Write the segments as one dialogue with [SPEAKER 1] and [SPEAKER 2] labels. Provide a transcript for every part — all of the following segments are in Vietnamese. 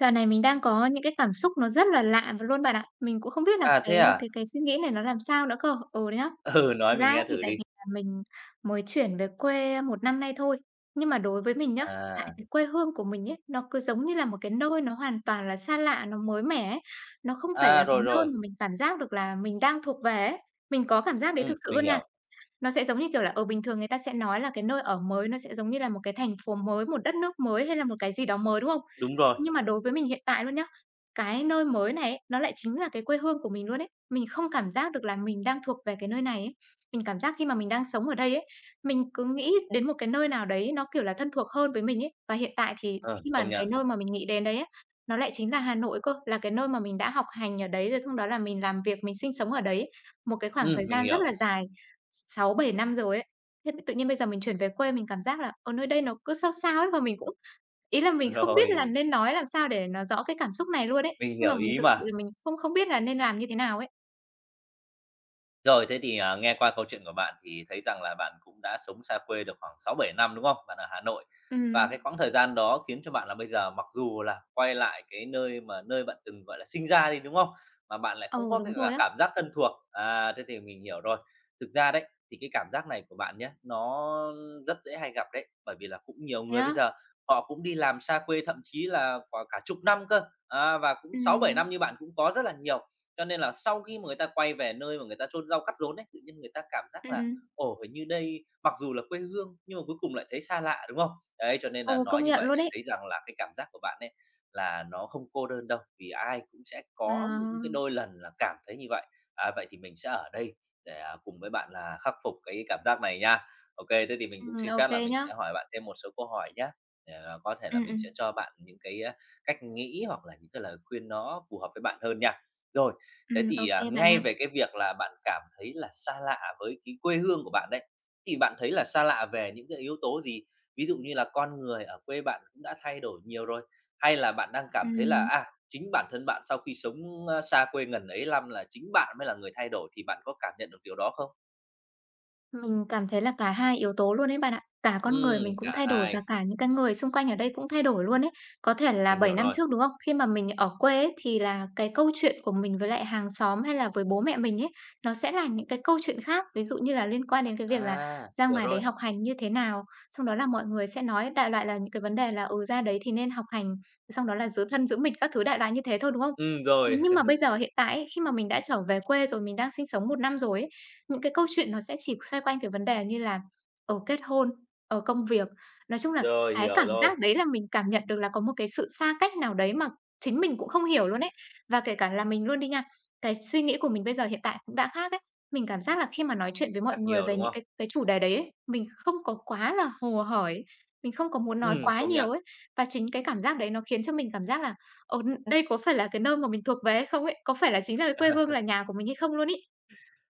[SPEAKER 1] Dạo này mình đang có những cái cảm xúc nó rất là lạ và luôn bạn ạ. Mình cũng không biết là
[SPEAKER 2] À, thế
[SPEAKER 1] cái
[SPEAKER 2] à?
[SPEAKER 1] cái cái suy nghĩ này nó làm sao nữa cơ. Ừ, đấy á.
[SPEAKER 2] Ừ, nói
[SPEAKER 1] Thực ra
[SPEAKER 2] mình
[SPEAKER 1] ấy
[SPEAKER 2] nghe
[SPEAKER 1] thì
[SPEAKER 2] thử
[SPEAKER 1] tại
[SPEAKER 2] đi.
[SPEAKER 1] vì là mình mới chuyển về quê 1 năm nay thôi, nhưng mà đối với mình nhá, hiện tại
[SPEAKER 2] À,
[SPEAKER 1] cái quê hương của mình ấy, nó cứ giống như là một cái nơi nó hoàn toàn là xa lạ, nó mới mẻ ấy. Nó không phải là
[SPEAKER 2] à,
[SPEAKER 1] cái
[SPEAKER 2] rồi,
[SPEAKER 1] nơi
[SPEAKER 2] rồi,
[SPEAKER 1] mà mình cảm giác được là mình đang thuộc về ấy. Mình có cảm giác đấy thực sự
[SPEAKER 2] mình
[SPEAKER 1] luôn nha.
[SPEAKER 2] hiểu,
[SPEAKER 1] Nó sẽ giống như kiểu là, ở bình thường người ta sẽ nói là cái nơi ở mới nó sẽ giống như là một cái thành phố mới, một đất nước mới hay là một cái gì đó mới, đúng không?
[SPEAKER 2] đúng rồi,
[SPEAKER 1] Nhưng mà đối với mình hiện tại luôn nhá, cái nơi mới này ấy, nó lại chính là cái quê hương của mình luôn ấy. Mình không cảm giác được là mình đang thuộc về cái nơi này ấy. Mình cảm giác khi mà mình đang sống ở đây ấy, mình cứ nghĩ đến một cái nơi nào đấy nó, kiểu là, thân thuộc hơn với mình ấy. Và hiện tại thì
[SPEAKER 2] ờ,
[SPEAKER 1] khi
[SPEAKER 2] công
[SPEAKER 1] mà cái
[SPEAKER 2] nhận.
[SPEAKER 1] nơi mà mình nghĩ đến đấy á, nó lại chính là Hà Nội cơ, là cái nơi mà mình đã học hành ở đấy, rồi xong đó là mình làm việc, mình sinh sống ở đấy một cái khoảng thời
[SPEAKER 2] Mình
[SPEAKER 1] gian rất
[SPEAKER 2] hiểu.
[SPEAKER 1] là dài 6 7 năm rồi ấy. Thế tự nhiên bây giờ mình chuyển về quê mình cảm giác là, ờ, nơi đây nó cứ sao sao ấy, và mình cũng ý là mình không biết là
[SPEAKER 2] Rồi,
[SPEAKER 1] nên nói làm sao để nó rõ cái cảm xúc này luôn ấy,
[SPEAKER 2] mình
[SPEAKER 1] nhưng mà
[SPEAKER 2] hiểu
[SPEAKER 1] mình
[SPEAKER 2] ý
[SPEAKER 1] thực sự
[SPEAKER 2] mà.
[SPEAKER 1] là mình không không biết là nên làm như thế nào ấy.
[SPEAKER 2] Rồi, thế thì, à, nghe qua câu chuyện của bạn thì thấy rằng là bạn cũng đã sống xa quê được khoảng 6-7 năm, đúng không? Bạn ở Hà Nội và cái
[SPEAKER 1] Ừm.
[SPEAKER 2] quãng thời gian đó khiến cho bạn là bây giờ mặc dù là quay lại cái nơi mà nơi bạn từng, gọi là, sinh ra đi, đúng không? Mà bạn lại không
[SPEAKER 1] Ừ,
[SPEAKER 2] có
[SPEAKER 1] đúng
[SPEAKER 2] cái
[SPEAKER 1] rồi
[SPEAKER 2] cả
[SPEAKER 1] á.
[SPEAKER 2] cảm giác thân thuộc. À, thế thì mình hiểu rồi. Thực ra đấy, thì cái cảm giác này của bạn nhé, nó rất dễ hay gặp đấy, bởi vì là cũng nhiều
[SPEAKER 1] Thế
[SPEAKER 2] người bây
[SPEAKER 1] á?
[SPEAKER 2] giờ họ cũng đi làm xa quê, thậm chí là quả cả chục năm cơ, à, và cũng sáu bảy
[SPEAKER 1] Ừm,
[SPEAKER 2] năm như bạn cũng có rất là nhiều. Cho nên là sau khi mà người ta quay về nơi mà người ta chôn rau cắt rốn ấy, tự nhiên người ta cảm giác là
[SPEAKER 1] ừm.
[SPEAKER 2] "Ồ, hình như đây mặc dù là quê hương nhưng mà cuối cùng lại thấy xa lạ", đúng không? Đấy, cho nên
[SPEAKER 1] Ừ,
[SPEAKER 2] là nói
[SPEAKER 1] công
[SPEAKER 2] như
[SPEAKER 1] nhận
[SPEAKER 2] vậy
[SPEAKER 1] luôn
[SPEAKER 2] để
[SPEAKER 1] ấy.
[SPEAKER 2] thấy rằng là cái cảm giác của bạn ấy là nó không cô đơn đâu, vì ai cũng sẽ
[SPEAKER 1] Ờ.
[SPEAKER 2] có những cái đôi lần là cảm thấy như vậy. À, vậy thì mình sẽ ở đây để, à, cùng với bạn là khắc phục cái cảm giác này nha. OK, thế thì mình cũng
[SPEAKER 1] Ừm,
[SPEAKER 2] xin
[SPEAKER 1] ô
[SPEAKER 2] phép
[SPEAKER 1] kê
[SPEAKER 2] là mình
[SPEAKER 1] nhá.
[SPEAKER 2] sẽ hỏi bạn thêm một số câu hỏi nhé để, à, có thể là
[SPEAKER 1] Ừm,
[SPEAKER 2] mình sẽ
[SPEAKER 1] ừm,
[SPEAKER 2] cho bạn những cái, cách nghĩ hoặc là những cái lời khuyên nó phù hợp với bạn hơn nha. Rồi, thế
[SPEAKER 1] ừm. Ô
[SPEAKER 2] thì,
[SPEAKER 1] kê
[SPEAKER 2] à,
[SPEAKER 1] bạn nha.
[SPEAKER 2] ngay về cái việc là bạn cảm thấy là xa lạ với cái quê hương của bạn đấy, thì bạn thấy là xa lạ về những cái yếu tố gì? Ví dụ như là con người ở quê bạn cũng đã thay đổi nhiều rồi, hay là bạn đang cảm thấy là,
[SPEAKER 1] Ừm.
[SPEAKER 2] à, chính bản thân bạn sau khi sống, xa quê ngần ấy lăm là chính bạn mới là người thay đổi, thì bạn có cảm nhận được điều đó không?
[SPEAKER 1] Mình cảm thấy là cả hai yếu tố luôn ấy bạn ạ. Cả con người mình cũng
[SPEAKER 2] Cả
[SPEAKER 1] thay đổi và
[SPEAKER 2] hai,
[SPEAKER 1] cả những cái người xung quanh ở đây cũng thay đổi luôn ấy. Có thể là
[SPEAKER 2] mình
[SPEAKER 1] 7
[SPEAKER 2] hiểu
[SPEAKER 1] năm
[SPEAKER 2] rồi.
[SPEAKER 1] trước, đúng không? Khi mà mình ở quê ấy, thì là cái câu chuyện của mình với lại hàng xóm hay là với bố mẹ mình ấy, nó sẽ là những cái câu chuyện khác. Ví dụ như là liên quan đến cái việc là
[SPEAKER 2] À,
[SPEAKER 1] ra
[SPEAKER 2] hiểu
[SPEAKER 1] ngoài đấy
[SPEAKER 2] rồi.
[SPEAKER 1] học hành như thế nào, xong đó là mọi người sẽ nói đại loại là những cái vấn đề là "Ừ, ra đấy thì nên học hành", xong đó là "giữ thân giữ mình" các thứ đại loại như thế thôi, đúng không? Thế
[SPEAKER 2] Rồi,
[SPEAKER 1] nhưng mà bây giờ hiện tại ấy, khi mà mình đã trở về quê rồi, mình đang sinh sống 1 năm rồi ấy, những cái câu chuyện nó sẽ chỉ xoay quanh cái vấn đề như là, ở kết hôn, ở công việc. Nói chung là
[SPEAKER 2] rồi,
[SPEAKER 1] cái
[SPEAKER 2] hiểu
[SPEAKER 1] cảm
[SPEAKER 2] rồi,
[SPEAKER 1] giác đấy là mình cảm nhận được là có một cái sự xa cách nào đấy mà chính mình cũng không hiểu luôn ấy. Và kể cả là mình luôn đi nha, cái suy nghĩ của mình bây giờ hiện tại cũng đã khác ấy. Mình cảm giác là khi mà nói chuyện với mọi
[SPEAKER 2] khác
[SPEAKER 1] người
[SPEAKER 2] nhiều,
[SPEAKER 1] về
[SPEAKER 2] đúng
[SPEAKER 1] những
[SPEAKER 2] không?
[SPEAKER 1] cái chủ đề đấy ấy, mình không có quá là hồ hởi, mình không có muốn nói quá
[SPEAKER 2] Công nhận.
[SPEAKER 1] nhiều ấy. Và chính cái cảm giác đấy nó khiến cho mình cảm giác là, ờ, đây có phải là cái nơi mà mình thuộc về hay không ấy? Có phải là chính là cái quê hương, là nhà của mình hay không luôn ý.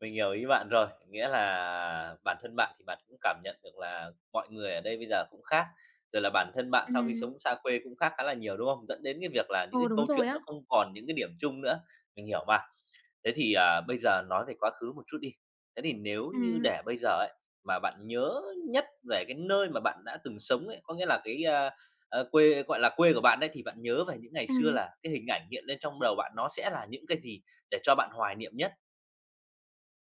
[SPEAKER 2] Mình hiểu ý bạn rồi, nghĩa là bản thân bạn thì bạn cũng cảm nhận được là mọi người ở đây bây giờ cũng khác, rồi là bản thân bạn sau khi
[SPEAKER 1] Ừm.
[SPEAKER 2] sống xa quê cũng khác khá là nhiều, đúng không? Dẫn đến cái việc là những
[SPEAKER 1] Ừ,
[SPEAKER 2] cái
[SPEAKER 1] đúng
[SPEAKER 2] câu
[SPEAKER 1] rồi
[SPEAKER 2] chuyện nó
[SPEAKER 1] á.
[SPEAKER 2] không còn những cái điểm chung nữa, mình hiểu mà. Thế thì, à, bây giờ nói về quá khứ một chút đi, thế thì nếu như
[SPEAKER 1] Ừm,
[SPEAKER 2] để bây giờ ấy, mà bạn nhớ nhất về cái nơi mà bạn đã từng sống ấy, có nghĩa là cái, quê, gọi là, quê của bạn đấy, thì bạn nhớ về những ngày xưa
[SPEAKER 1] ừm.
[SPEAKER 2] là cái hình ảnh hiện lên trong đầu bạn nó sẽ là những cái gì để cho bạn hoài niệm nhất?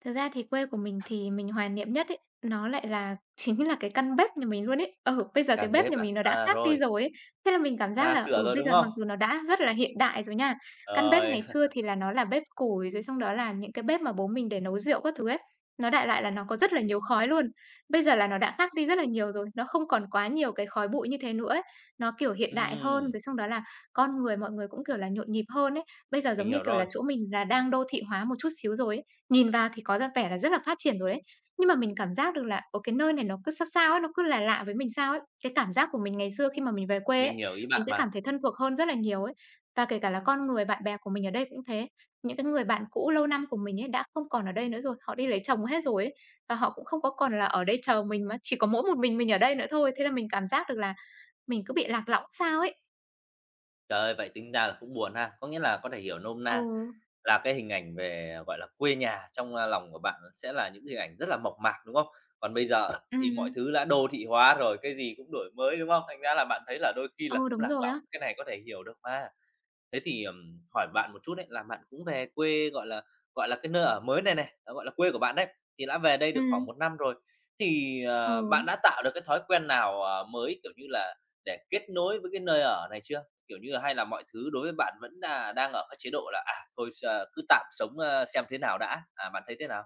[SPEAKER 1] Thực ra thì quê của mình thì mình hoài niệm nhất ấy, nó lại là chính là cái căn bếp nhà mình luôn ấy. Ừ, bây giờ cái
[SPEAKER 2] Căn
[SPEAKER 1] bếp
[SPEAKER 2] bếp
[SPEAKER 1] nhà
[SPEAKER 2] à?
[SPEAKER 1] mình nó đã
[SPEAKER 2] À,
[SPEAKER 1] khác đi
[SPEAKER 2] rồi.
[SPEAKER 1] rồi ấy. Thế là mình cảm giác
[SPEAKER 2] À,
[SPEAKER 1] là,
[SPEAKER 2] sửa
[SPEAKER 1] ừ,
[SPEAKER 2] rồi,
[SPEAKER 1] bây
[SPEAKER 2] đúng
[SPEAKER 1] giờ
[SPEAKER 2] không?
[SPEAKER 1] mặc dù nó đã rất là hiện đại rồi nha, căn bếp
[SPEAKER 2] Rồi,
[SPEAKER 1] ngày xưa thì là nó là bếp củi, rồi xong đó là những cái bếp mà bố mình để nấu rượu các thứ ấy, nó đại loại là nó có rất là nhiều khói luôn. Bây giờ là nó đã khác đi rất là nhiều rồi, nó không còn quá nhiều cái khói bụi như thế nữa ấy. Nó, kiểu, hiện đại hơn,
[SPEAKER 2] ừm,
[SPEAKER 1] rồi xong đó là con người mọi người cũng, kiểu là, nhộn nhịp hơn ấy. Bây giờ
[SPEAKER 2] mình
[SPEAKER 1] giống như,
[SPEAKER 2] hiểu
[SPEAKER 1] kiểu là,
[SPEAKER 2] rồi,
[SPEAKER 1] chỗ mình là đang đô thị hóa một chút xíu rồi ấy, nhìn vào thì có ra vẻ là rất là phát triển rồi đấy, nhưng mà mình cảm giác được là, ở cái nơi này nó cứ sao sao ấy, nó cứ là lạ với mình sao ấy. Cái cảm giác của mình ngày xưa khi mà mình về quê ấy,
[SPEAKER 2] mình hiểu ý
[SPEAKER 1] mình
[SPEAKER 2] bạn
[SPEAKER 1] sẽ cảm
[SPEAKER 2] mà.
[SPEAKER 1] thấy thân thuộc hơn rất là nhiều ấy. Và kể cả là con người, bạn bè của mình ở đây cũng thế, những cái người bạn cũ lâu năm của mình ấy đã không còn ở đây nữa rồi, họ đi lấy chồng hết rồi ấy, và họ cũng không có còn là ở đây chờ mình mà chỉ có mỗi một mình ở đây nữa thôi, thế là mình cảm giác được là mình cứ bị lạc lõng sao ấy.
[SPEAKER 2] Trời ơi, vậy tính ra là cũng buồn ha, có nghĩa là có thể hiểu nôm
[SPEAKER 1] Ồ.
[SPEAKER 2] na là cái hình ảnh về, gọi là, quê nhà trong, lòng của bạn sẽ là những hình ảnh rất là mộc mạc, đúng không? Còn bây giờ
[SPEAKER 1] Ừ,
[SPEAKER 2] thì mọi
[SPEAKER 1] ừm.
[SPEAKER 2] thứ đã đô thị hóa rồi, cái gì cũng đổi mới, đúng không? Thành ra là bạn thấy là đôi khi là
[SPEAKER 1] Ừ,
[SPEAKER 2] cũng
[SPEAKER 1] đúng
[SPEAKER 2] lạc
[SPEAKER 1] rồi
[SPEAKER 2] lõng,
[SPEAKER 1] á.
[SPEAKER 2] cái này có thể hiểu được mà. Thế thì, hỏi bạn một chút đấy, là bạn cũng về quê, gọi là, cái nơi ở mới này này, ờ, gọi là, quê của bạn đấy, thì đã về đây
[SPEAKER 1] Ừ.
[SPEAKER 2] được khoảng một năm rồi. Thì,
[SPEAKER 1] Ừ,
[SPEAKER 2] ờ, bạn đã tạo được cái thói quen nào, ờ, mới, kiểu như là, để kết nối với cái nơi ở này chưa? Kiểu như là, hay là mọi thứ đối với bạn vẫn là đang ở cái chế độ là thôi à, cứ tạm sống, ơ, xem thế nào đã. À, bạn thấy thế nào?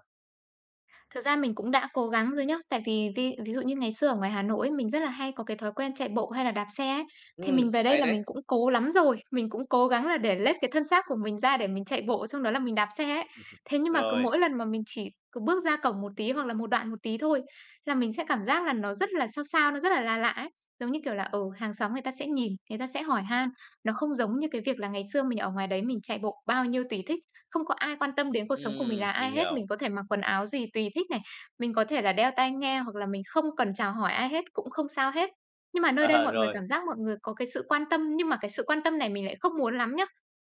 [SPEAKER 1] thực ra mình cũng đã cố gắng rồi nhá, tại vì ví ví dụ như ngày xưa ở ngoài Hà Nội ấy, mình rất là hay có cái thói quen chạy bộ hay là đạp xe ấy, thì
[SPEAKER 2] Ừ,
[SPEAKER 1] mình về đây
[SPEAKER 2] hay
[SPEAKER 1] là mình
[SPEAKER 2] đấy.
[SPEAKER 1] cũng cố lắm rồi, mình cũng cố gắng là để lết cái thân xác của mình ra để mình chạy bộ, xong đó là mình đạp xe ấy. Thế nhưng mà cứ
[SPEAKER 2] Rồi,
[SPEAKER 1] mỗi lần mà mình chỉ cứ bước ra cổng một tí hoặc là một đoạn một tí thôi là mình sẽ cảm giác là nó rất là sao sao, nó rất là lạ lạ ấy. Giống như kiểu là, ở hàng xóm người ta sẽ nhìn, người ta sẽ hỏi han, nó không giống như cái việc là ngày xưa mình ở ngoài đấy mình chạy bộ bao nhiêu tùy thích. Không có ai quan tâm đến cuộc sống của mình là ai
[SPEAKER 2] mình
[SPEAKER 1] hết, mình
[SPEAKER 2] hiểu.
[SPEAKER 1] có thể mặc quần áo gì tùy thích này, mình có thể là đeo tai nghe hoặc là mình không cần chào hỏi ai hết, cũng không sao hết. Nhưng mà nơi đây
[SPEAKER 2] Ờ,
[SPEAKER 1] mọi người
[SPEAKER 2] rồi,
[SPEAKER 1] cảm giác mọi người có cái sự quan tâm, nhưng mà cái sự quan tâm này mình lại không muốn lắm nhá.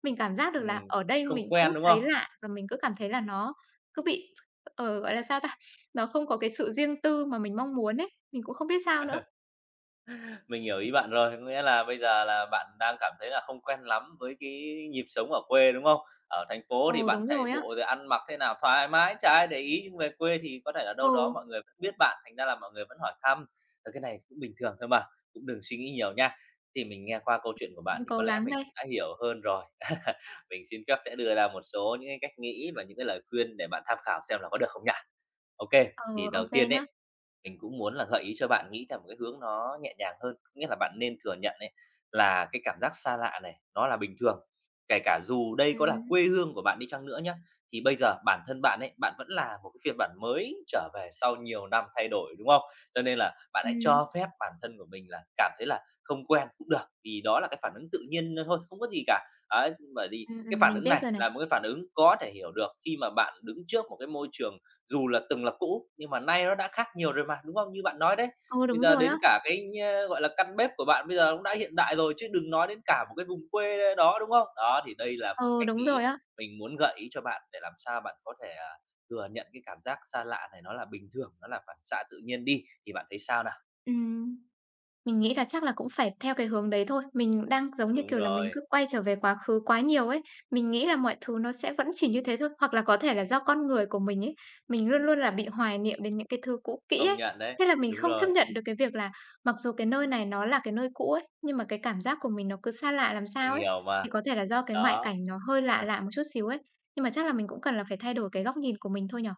[SPEAKER 1] Mình cảm giác được là
[SPEAKER 2] ừm,
[SPEAKER 1] ở đây
[SPEAKER 2] không
[SPEAKER 1] mình cứ
[SPEAKER 2] quen, đúng
[SPEAKER 1] thấy
[SPEAKER 2] không?
[SPEAKER 1] lạ và mình cứ cảm thấy là nó cứ bị, ờ, gọi là sao ta? Nó không có cái sự riêng tư mà mình mong muốn ấy, mình cũng không biết sao nữa.
[SPEAKER 2] Mình hiểu ý bạn rồi, có nghĩa là bây giờ là bạn đang cảm thấy là không quen lắm với cái nhịp sống ở quê, đúng không? Ở thành phố thì
[SPEAKER 1] Ừ,
[SPEAKER 2] bạn
[SPEAKER 1] đúng
[SPEAKER 2] chạy
[SPEAKER 1] rồi á.
[SPEAKER 2] bộ rồi ăn mặc thế nào thoải mái, chả ai để ý, nhưng về quê thì có thể là đâu đó
[SPEAKER 1] Ừ,
[SPEAKER 2] mọi người vẫn biết bạn, thành ra là mọi người vẫn hỏi thăm. Ờ, cái này cũng bình thường thôi mà, cũng đừng suy nghĩ nhiều nha. Thì mình nghe qua câu chuyện của bạn
[SPEAKER 1] mình
[SPEAKER 2] thì
[SPEAKER 1] cố
[SPEAKER 2] có lẽ
[SPEAKER 1] gắng
[SPEAKER 2] mình
[SPEAKER 1] đây.
[SPEAKER 2] cũng đã hiểu hơn rồi. Mình xin phép sẽ đưa ra một số những cái cách nghĩ và những cái lời khuyên để bạn tham khảo xem là có được không nha. OK, thì
[SPEAKER 1] Ừ,
[SPEAKER 2] đầu
[SPEAKER 1] ok
[SPEAKER 2] tiên ấy,
[SPEAKER 1] nhá.
[SPEAKER 2] mình cũng muốn là gợi ý cho bạn nghĩ theo một cái hướng nó nhẹ nhàng hơn. Nghĩa là bạn nên thừa nhận ấy, là cái cảm giác xa lạ này nó là bình thường. Kể cả dù đây có là
[SPEAKER 1] Ừm,
[SPEAKER 2] quê hương của bạn đi chăng nữa nhé, thì bây giờ bản thân bạn ấy, bạn vẫn là một cái phiên bản mới trở về sau nhiều năm thay đổi, đúng không? Cho nên là bạn hãy
[SPEAKER 1] ừm,
[SPEAKER 2] cho phép bản thân của mình là cảm thấy là không quen cũng được, vì đó là cái phản ứng tự nhiên thôi, không có gì cả. Ấy, bởi vì cái phản
[SPEAKER 1] mình
[SPEAKER 2] ứng
[SPEAKER 1] biết
[SPEAKER 2] này
[SPEAKER 1] rồi này.
[SPEAKER 2] là một cái phản ứng có thể hiểu được khi mà bạn đứng trước một cái môi trường dù là từng là cũ, nhưng mà nay nó đã khác nhiều rồi mà, đúng không? Như bạn nói đấy,
[SPEAKER 1] Ừ,
[SPEAKER 2] bây
[SPEAKER 1] đúng
[SPEAKER 2] giờ
[SPEAKER 1] rồi á.
[SPEAKER 2] đến cả cái, ơ, gọi là, căn bếp của bạn bây giờ cũng đã hiện đại rồi, chứ đừng nói đến cả một cái vùng quê đó, đúng không? Đó, thì đây là một
[SPEAKER 1] Ừ,
[SPEAKER 2] cách
[SPEAKER 1] đúng
[SPEAKER 2] nghĩ
[SPEAKER 1] rồi á.
[SPEAKER 2] mình muốn gợi ý cho bạn để làm sao bạn có thể, à, thừa nhận cái cảm giác xa lạ này nó là bình thường, nó là phản xạ tự nhiên đi, thì bạn thấy sao nào?
[SPEAKER 1] Ừm, mình nghĩ là chắc là cũng phải theo cái hướng đấy thôi. Mình đang, giống như
[SPEAKER 2] Đúng
[SPEAKER 1] kiểu là, mình
[SPEAKER 2] rồi,
[SPEAKER 1] cứ quay trở về quá khứ quá nhiều ấy. Mình nghĩ là mọi thứ nó sẽ vẫn chỉ như thế thôi, hoặc là có thể là do con người của mình ấy, mình luôn luôn là bị hoài niệm đến những cái thứ cũ kỹ
[SPEAKER 2] công
[SPEAKER 1] ấy.
[SPEAKER 2] nhận đấy,
[SPEAKER 1] Thế là mình
[SPEAKER 2] đúng
[SPEAKER 1] không chấp
[SPEAKER 2] rồi,
[SPEAKER 1] nhận được cái việc là mặc dù cái nơi này nó là cái nơi cũ ấy, nhưng mà cái cảm giác của mình nó cứ xa lạ làm sao
[SPEAKER 2] mình
[SPEAKER 1] ấy.
[SPEAKER 2] hiểu mà,
[SPEAKER 1] Thì có thể là do cái ngoại
[SPEAKER 2] đó.
[SPEAKER 1] cảnh nó hơi lạ lạ một chút xíu ấy, nhưng mà chắc là mình cũng cần là phải thay đổi cái góc nhìn của mình thôi nhở.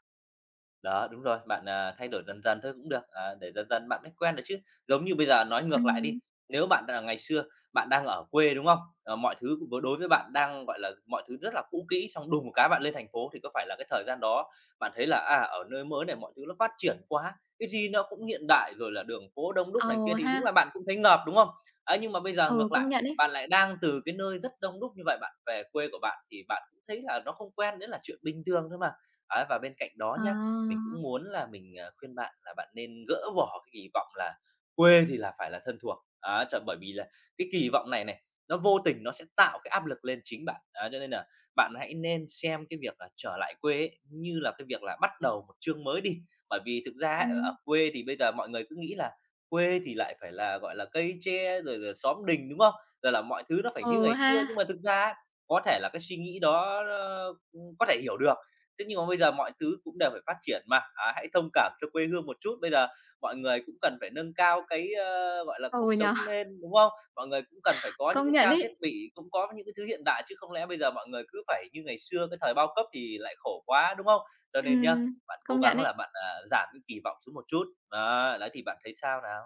[SPEAKER 2] Đó, đúng rồi, bạn, à, thay đổi dần dần thôi cũng được, à, để dần dần bạn mới quen được chứ. Giống như bây giờ nói ngược lại đi,
[SPEAKER 1] Ừm.
[SPEAKER 2] nếu bạn là ngày xưa bạn đang ở quê, đúng không? Ờ, mọi thứ đối với bạn đang, gọi là, mọi thứ rất là cũ kỹ, xong đùng một cái bạn lên thành phố thì có phải là cái thời gian đó bạn thấy là, à, ở nơi mới này mọi thứ nó phát triển quá, cái gì nó cũng hiện đại, rồi là đường phố đông đúc này kia
[SPEAKER 1] Ờ
[SPEAKER 2] thì
[SPEAKER 1] ha,
[SPEAKER 2] đúng là bạn cũng thấy ngợp, đúng không? Ấy, nhưng mà bây giờ
[SPEAKER 1] ừ,
[SPEAKER 2] ngược lại,
[SPEAKER 1] công nhận ấy.
[SPEAKER 2] bạn lại đang từ cái nơi rất đông đúc như vậy, bạn về quê của bạn thì bạn cũng thấy là nó không quen, đấy là chuyện bình thường thôi mà. Ấy, và bên cạnh đó nhá, mình
[SPEAKER 1] À,
[SPEAKER 2] cũng muốn là mình, à, khuyên bạn là bạn nên gỡ bỏ cái kỳ vọng là quê thì là phải là thân thuộc. Á, bởi vì là cái kỳ vọng này này, nó vô tình nó sẽ tạo cái áp lực lên chính bạn. Á, cho nên là bạn hãy nên xem cái việc là trở lại quê ấy như là cái việc là bắt đầu một chương mới đi. Bởi vì thực ra ấy,
[SPEAKER 1] ừm,
[SPEAKER 2] ở quê thì bây giờ mọi người cứ nghĩ là quê thì lại phải là, gọi là, cây tre rồi rồi xóm đình, đúng không? Rồi là mọi thứ nó phải như
[SPEAKER 1] ừ
[SPEAKER 2] ngày xưa,
[SPEAKER 1] ha,
[SPEAKER 2] nhưng mà thực ra á, có thể là cái suy nghĩ đó nó, có thể hiểu được, thế nhưng mà bây giờ mọi thứ cũng đều phải phát triển mà, à, hãy thông cảm cho quê hương một chút. Bây giờ mọi người cũng cần phải nâng cao cái, ơ, gọi là, cuộc
[SPEAKER 1] ừ nhỉ,
[SPEAKER 2] sống lên, đúng không? Mọi người cũng cần phải có những
[SPEAKER 1] công
[SPEAKER 2] cái
[SPEAKER 1] nhận
[SPEAKER 2] trang thiết
[SPEAKER 1] ấy.
[SPEAKER 2] bị, cũng có những cái thứ hiện đại chứ không lẽ bây giờ mọi người cứ phải như ngày xưa, cái thời bao cấp thì lại khổ quá, đúng không? Cho nên nhá,
[SPEAKER 1] Ừm,
[SPEAKER 2] bạn cố
[SPEAKER 1] công nhận
[SPEAKER 2] gắng
[SPEAKER 1] ấy.
[SPEAKER 2] là bạn, à, giảm cái kỳ vọng xuống một chút, đó, đấy, thì bạn thấy sao nào?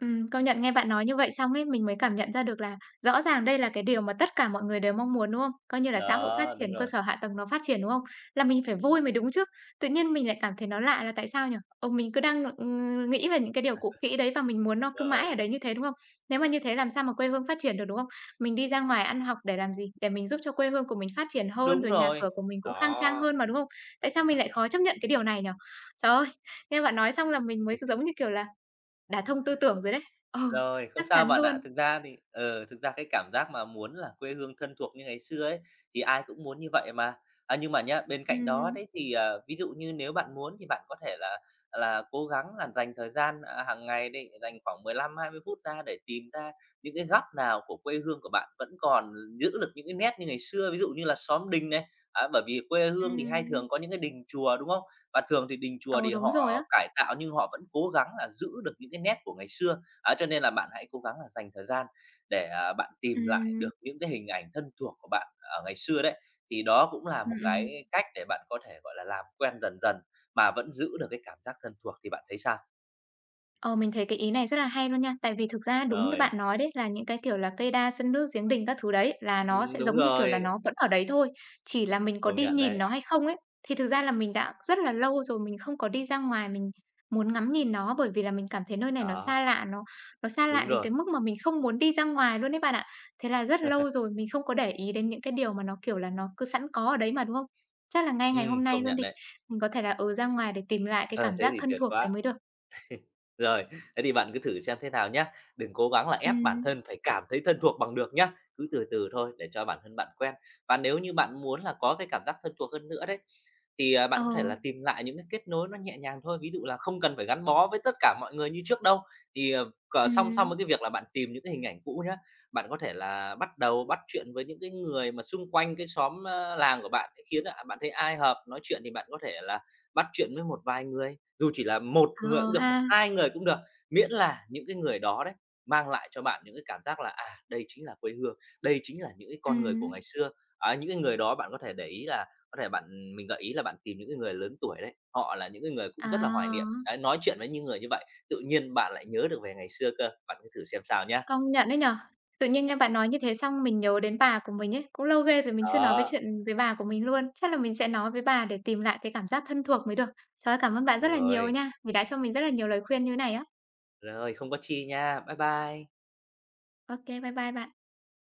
[SPEAKER 1] Công nhận nghe bạn nói như vậy xong ấy, mình mới cảm nhận ra được là rõ ràng đây là cái điều mà tất cả mọi người đều mong muốn, đúng không? Coi như là xã hội phát
[SPEAKER 2] Đó,
[SPEAKER 1] triển,
[SPEAKER 2] đúng
[SPEAKER 1] cơ
[SPEAKER 2] rồi,
[SPEAKER 1] sở hạ tầng nó phát triển, đúng không? Là mình phải vui mới đúng chứ. Tự nhiên mình lại cảm thấy nó lạ là tại sao nhỉ? Ông mình cứ đang, nghĩ về những cái điều cũ kỹ đấy và mình muốn nó cứ mãi
[SPEAKER 2] rồi,
[SPEAKER 1] ở đấy như thế, đúng không? Nếu mà như thế làm sao mà quê hương phát triển được, đúng không? Mình đi ra ngoài ăn học để làm gì? Để mình giúp cho quê hương của mình phát triển hơn,
[SPEAKER 2] đúng
[SPEAKER 1] rồi nhà
[SPEAKER 2] rồi,
[SPEAKER 1] cửa của mình cũng khang trang
[SPEAKER 2] đó.
[SPEAKER 1] hơn mà, đúng không? Tại sao mình lại khó chấp nhận cái điều này nhỉ? Trời ơi, nghe bạn nói xong là mình mới giống như kiểu là đả thông tư tưởng rồi đấy. Ừ,
[SPEAKER 2] Rồi, không
[SPEAKER 1] chắc
[SPEAKER 2] sao
[SPEAKER 1] chắn
[SPEAKER 2] bạn ạ.
[SPEAKER 1] luôn.
[SPEAKER 2] Thực ra thì ờ, thực ra cái cảm giác mà muốn là quê hương thân thuộc như ngày xưa ấy, thì ai cũng muốn như vậy mà. À, nhưng mà nhá, bên cạnh đó
[SPEAKER 1] Ừm,
[SPEAKER 2] đấy thì, ờ, ví dụ như nếu bạn muốn thì bạn có thể là cố gắng là dành thời gian, à, hàng ngày để dành khoảng 15-20 phút ra để tìm ra những cái góc nào của quê hương của bạn vẫn còn giữ được những cái nét như ngày xưa, ví dụ như là xóm đình này. Á, bởi vì quê hương thì hay
[SPEAKER 1] ừm.
[SPEAKER 2] thường có những cái đình chùa, đúng không? Và thường thì đình chùa
[SPEAKER 1] Ừ,
[SPEAKER 2] thì
[SPEAKER 1] đúng rồi á.
[SPEAKER 2] họ cải tạo nhưng họ vẫn cố gắng là giữ được những cái nét của ngày xưa. Á, cho nên là bạn hãy cố gắng là dành thời gian để, à, bạn tìm lại
[SPEAKER 1] Ừm,
[SPEAKER 2] được những cái hình ảnh thân thuộc của bạn ở ngày xưa đấy, thì đó cũng là
[SPEAKER 1] ừm,
[SPEAKER 2] một
[SPEAKER 1] ừm.
[SPEAKER 2] cái cách để bạn có thể, gọi là, làm quen dần dần mà vẫn giữ được cái cảm giác thân thuộc thì bạn thấy sao?
[SPEAKER 1] Ờ, mình thấy cái ý này rất là hay luôn nha. Tại vì thực ra đúng như
[SPEAKER 2] Rồi,
[SPEAKER 1] bạn nói đấy là những cái, kiểu là, cây đa sân nước giếng đình các thứ đấy, là nó sẽ
[SPEAKER 2] đúng
[SPEAKER 1] giống như, kiểu là,
[SPEAKER 2] rồi,
[SPEAKER 1] nó vẫn ở đấy thôi, chỉ là mình có
[SPEAKER 2] công
[SPEAKER 1] đi
[SPEAKER 2] nhận
[SPEAKER 1] nhìn
[SPEAKER 2] đấy,
[SPEAKER 1] nó hay không ấy. Thì thực ra là mình đã rất là lâu rồi mình không có đi ra ngoài mình muốn ngắm nhìn nó, bởi vì là mình cảm thấy nơi này nó
[SPEAKER 2] đó,
[SPEAKER 1] xa lạ, nó xa lạ
[SPEAKER 2] đúng
[SPEAKER 1] đến
[SPEAKER 2] rồi,
[SPEAKER 1] cái mức mà mình không muốn đi ra ngoài luôn đấy bạn ạ. Thế là rất lâu rồi mình không có để ý đến những cái điều mà nó, kiểu là, nó cứ sẵn có ở đấy mà, đúng không? Chắc là ngay ngày hôm nay
[SPEAKER 2] công
[SPEAKER 1] luôn
[SPEAKER 2] nhận
[SPEAKER 1] đi,
[SPEAKER 2] đấy.
[SPEAKER 1] mình có thể là, ừ, ra ngoài để tìm lại cái
[SPEAKER 2] Ờ,
[SPEAKER 1] cảm
[SPEAKER 2] thế
[SPEAKER 1] giác
[SPEAKER 2] thì
[SPEAKER 1] thân
[SPEAKER 2] tuyệt
[SPEAKER 1] thuộc đấy
[SPEAKER 2] quá.
[SPEAKER 1] mới được.
[SPEAKER 2] Rồi, thế thì bạn cứ thử xem thế nào nhá. Đừng cố gắng là ép bản
[SPEAKER 1] Ừm.
[SPEAKER 2] thân phải cảm thấy thân thuộc bằng được nhá. Cứ từ từ thôi để cho bản thân bạn quen. Và nếu như bạn muốn là có cái cảm giác thân thuộc hơn nữa đấy, thì à,
[SPEAKER 1] Ờ,
[SPEAKER 2] bạn có thể là tìm lại những cái kết nối nó nhẹ nhàng thôi. Ví dụ là không cần phải gắn bó với tất cả mọi người như trước đâu. Thì à, song song
[SPEAKER 1] ừm,
[SPEAKER 2] với cái việc là bạn tìm những cái hình ảnh cũ nhá, bạn có thể là bắt đầu bắt chuyện với những cái người mà xung quanh cái xóm làng của bạn khiến bạn thấy ai hợp nói chuyện thì bạn có thể là bắt chuyện với một vài người dù chỉ là một người
[SPEAKER 1] ờ
[SPEAKER 2] cũng được
[SPEAKER 1] ha,
[SPEAKER 2] hoặc 2 người cũng được, miễn là những cái người đó đấy mang lại cho bạn những cái cảm giác là, à, đây chính là quê hương, đây chính là những cái con người của ngày
[SPEAKER 1] ừm.
[SPEAKER 2] xưa. Ấy, những cái người đó bạn có thể để ý là có thể bạn mình gợi ý là bạn tìm những cái người lớn tuổi đấy, họ là những cái người cũng rất là hoài niệm.
[SPEAKER 1] À,
[SPEAKER 2] Đấy, nói chuyện với những người như vậy, tự nhiên bạn lại nhớ được về ngày xưa cơ, bạn cứ thử xem sao nhá.
[SPEAKER 1] công nhận đấy nhỉ. Tự nhiên nghe bạn nói như thế xong mình nhớ đến bà của mình ấy, cũng lâu ghê rồi mình chưa nói với
[SPEAKER 2] Đó,
[SPEAKER 1] chuyện với bà của mình luôn. Chắc là mình sẽ nói với bà để tìm lại cái cảm giác thân thuộc mới được. Trời ơi, cảm ơn bạn rất là nhiều
[SPEAKER 2] rồi,
[SPEAKER 1] nha, vì đã cho mình rất là nhiều lời khuyên như thế này á.
[SPEAKER 2] rồi, không có chi nha. Bye bye.
[SPEAKER 1] OK, bye bye bạn.